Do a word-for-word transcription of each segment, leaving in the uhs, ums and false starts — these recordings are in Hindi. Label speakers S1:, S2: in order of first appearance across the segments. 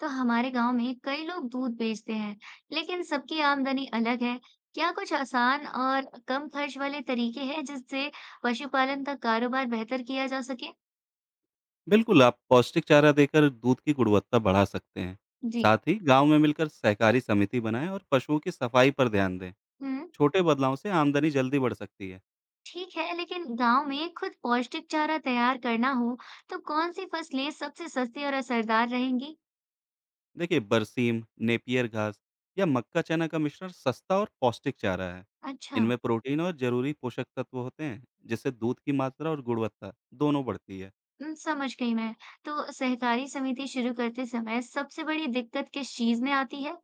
S1: तो हमारे गांव में कई लोग दूध बेचते हैं, लेकिन सबकी आमदनी अलग है। क्या कुछ आसान और कम खर्च वाले तरीके हैं जिससे पशुपालन का कारोबार बेहतर किया जा सके?
S2: बिल्कुल, आप पौष्टिक चारा देकर दूध की गुणवत्ता बढ़ा सकते हैं।
S1: जी।
S2: साथ ही गाँव में मिलकर सहकारी समिति बनाएँ और पशुओं की सफाई पर ध्यान दें।
S1: हम्म।
S2: छोटे बदलावों से आमदनी जल्दी बढ़ सकती है।
S1: ठीक है, लेकिन गांव में खुद पौष्टिक चारा तैयार करना हो, तो कौन सी फसलें सबसे सस्ती और असरदार रहेंगी?
S2: देखिए बरसीम, नेपियर घास या मक्का चना का मिश्रण सस्ता और पौष्टिक चारा है।
S1: अच्छा।
S2: इनमें प्रोटीन और ज़रूरी पोषक तत्व होते हैं, जिससे दूध की मात्रा और गुणवत्ता दोनों बढ़ती है।
S1: हम्म, समझ गई मैं। तो सहकारी समिति शुरू करते समय सबसे बड़ी दिक्कत किस चीज में आती है?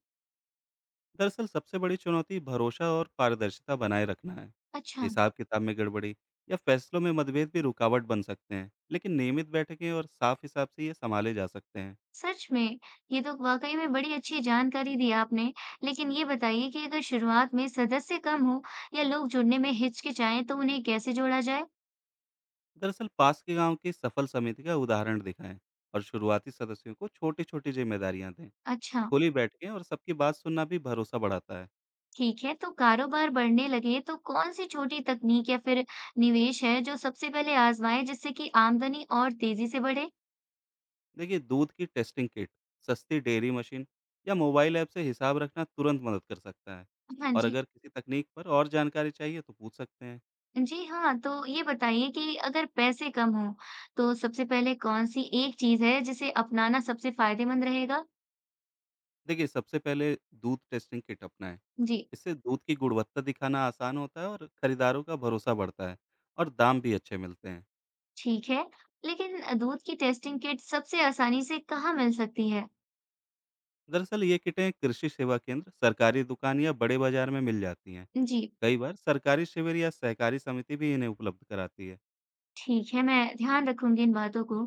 S2: दरअसल सबसे बड़ी चुनौती भरोसा और पारदर्शिता बनाए रखना है।
S1: अच्छा।
S2: हिसाब किताब में गड़बड़ी या फैसलों में मतभेद भी रुकावट बन सकते हैं, लेकिन नियमित बैठकें और साफ हिसाब से ये संभाले जा सकते हैं।
S1: सच में! ये तो वाक़ई में बड़ी अच्छी जानकारी दी आपने। लेकिन ये बताइए कि अगर शुरुआत में सदस्य कम हों या लोग जुड़ने में हिचकिचाएँ तो उन्हें कैसे जोड़ा जाए?
S2: दरअसल पास के गांव की सफल समिति का उदाहरण दिखाएं और शुरुआती सदस्यों को छोटी छोटी जिम्मेदारियां दें।
S1: अच्छा,
S2: खुली बैठकें और सबकी बात सुनना भी भरोसा बढ़ाता है।
S1: ठीक है। तो कारोबार बढ़ने लगे तो कौन-सी छोटी तकनीक या फिर निवेश है जो सबसे पहले आज़माएँ जिससे कि आमदनी और तेज़ी से बढ़े?
S2: देखिए दूध की टेस्टिंग किट, सस्ती डेयरी मशीन या मोबाइल ऐप से हिसाब रखना तुरंत मदद कर सकता है।
S1: हाँ
S2: और
S1: जी।
S2: अगर किसी तकनीक पर और जानकारी चाहिए तो पूछ सकते हैं।
S1: जी हाँ, तो ये बताइए कि अगर पैसे कम हों तो सबसे पहले कौन-सी एक चीज़ है जिसे अपनाना सबसे फ़ायदेमंद रहेगा?
S2: देखिए, सबसे पहले दूध टेस्टिंग किट अपनाएँ।
S1: जी।
S2: इससे दूध की गुणवत्ता दिखाना आसान होता है और खरीदारों का भरोसा बढ़ता है और दाम भी अच्छे मिलते हैं।
S1: ठीक है, लेकिन दूध की टेस्टिंग किट सबसे आसानी से कहाँ मिल सकती है?
S2: दरअसल ये किटें कृषि सेवा केंद्र, सरकारी दुकान या बड़े बाज़ार में मिल जाती हैं।
S1: जी।
S2: कई बार सरकारी शिविर या सहकारी समिति भी इन्हें उपलब्ध कराती है।
S1: ठीक है, मैं ध्यान रखूंगी इन बातों को।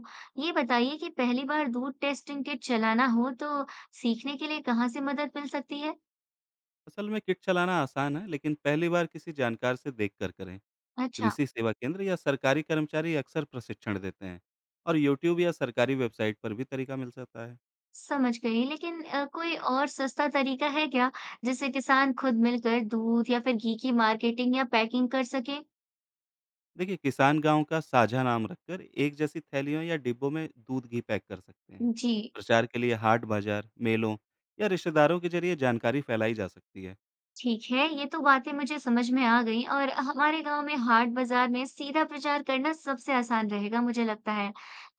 S1: ये बताइए कि पहली बार दूध टेस्टिंग किट चलाना हो तो सीखने के लिए कहाँ से मदद मिल सकती है?
S2: असल में किट चलाना आसान है, लेकिन पहली बार किसी जानकार से देखकर करें।
S1: अच्छा,
S2: कृषि सेवा केंद्र या सरकारी कर्मचारी अक्सर प्रशिक्षण देते हैं और यूट्यूब या सरकारी वेबसाइट पर भी तरीका मिल सकता है।
S1: समझ गई, लेकिन अ, कोई और सस्ता तरीका है क्या जिससे किसान खुद मिलकर दूध या फिर घी की मार्केटिंग या पैकिंग कर सके?
S2: देखिए किसान गांव का साझा नाम रखकर एक जैसी थैलियों या डिब्बों में दूध घी पैक कर सकते हैं।
S1: जी।
S2: प्रचार के लिए हाट बाजार मेलों या रिश्तेदारों के जरिए जानकारी फैलाई जा सकती है।
S1: ठीक है, ये तो बातें मुझे समझ में आ गई और हमारे गांव में हाट बाजार में सीधा प्रचार करना सबसे आसान रहेगा मुझे लगता है।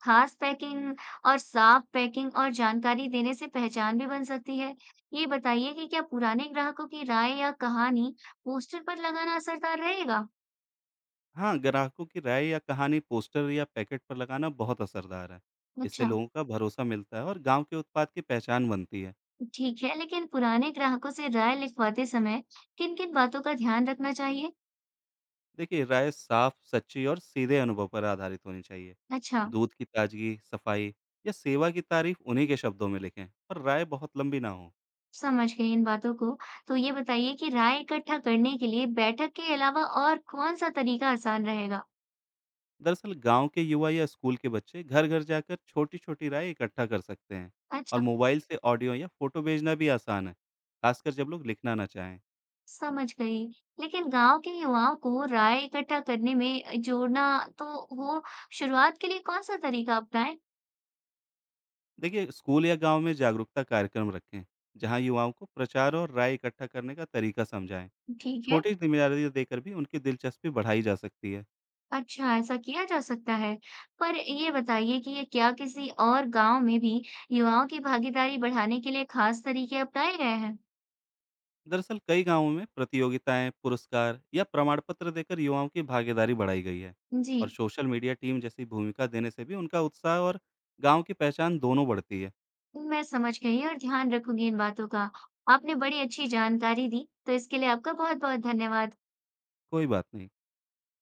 S1: खास पैकिंग और साफ पैकिंग और जानकारी देने से पहचान भी बन सकती है। ये बताइए कि क्या पुराने ग्राहकों की राय या कहानी पोस्टर पर लगाना असरदार रहेगा?
S2: हाँ, ग्राहकों की राय या कहानी पोस्टर या पैकेट पर लगाना बहुत असरदार है। इससे
S1: अच्छा।
S2: लोगों का भरोसा मिलता है और गांव के उत्पाद की पहचान बनती है।
S1: ठीक है, लेकिन पुराने ग्राहकों से राय लिखवाते समय किन-किन बातों का ध्यान रखना चाहिए?
S2: देखिए राय साफ, सच्ची और सीधे अनुभव पर आधारित होनी चाहिए।
S1: अच्छा।
S2: दूध की ताजगी, सफाई या सेवा की तारीफ उन्हीं के शब्दों में लिखें और राय बहुत लंबी ना हो।
S1: समझ गई इन बातों को। तो ये बताइए कि राय इकट्ठा करने के लिए बैठक के अलावा और कौन-सा तरीका आसान रहेगा?
S2: दरअसल गांव के युवा या स्कूल के बच्चे घर घर जाकर छोटी छोटी राय इकट्ठा कर सकते हैं। और
S1: अच्छा,
S2: मोबाइल से ऑडियो या फोटो भेजना भी आसान है, खासकर जब लोग लिखना ना चाहें।
S1: समझ गई। लेकिन गाँव के युवाओं को राय इकट्ठा करने में जोड़ना तो वो शुरुआत के लिए कौन-सा तरीका अपनाएँ?
S2: देखिए स्कूल या गांव में जागरूकता कार्यक्रम रखें, जहां युवाओं को प्रचार और राय इकट्ठा करने का तरीका समझाएं।
S1: ठीक है।
S2: छोटी जिम्मेदारियां देकर भी उनकी दिलचस्पी बढ़ाई जा सकती है।
S1: अच्छा, ऐसा किया जा सकता है। पर ये बताइए कि ये क्या किसी और गाँव में भी युवाओं की भागीदारी बढ़ाने के लिए खास तरीके अपनाए गए हैं?
S2: दरअसल कई गांवों में प्रतियोगिताएं, पुरस्कार या प्रमाण पत्र देकर युवाओं की भागीदारी बढ़ाई गई है।
S1: जी।
S2: और सोशल मीडिया टीम जैसी भूमिका देने से भी उनका उत्साह और गांव की पहचान दोनों बढ़ती है।
S1: मैं समझ गई और ध्यान रखूंगी इन बातों का। आपने बड़ी अच्छी जानकारी दी, तो इसके लिए आपका बहुत-बहुत धन्यवाद।
S2: कोई बात नहीं।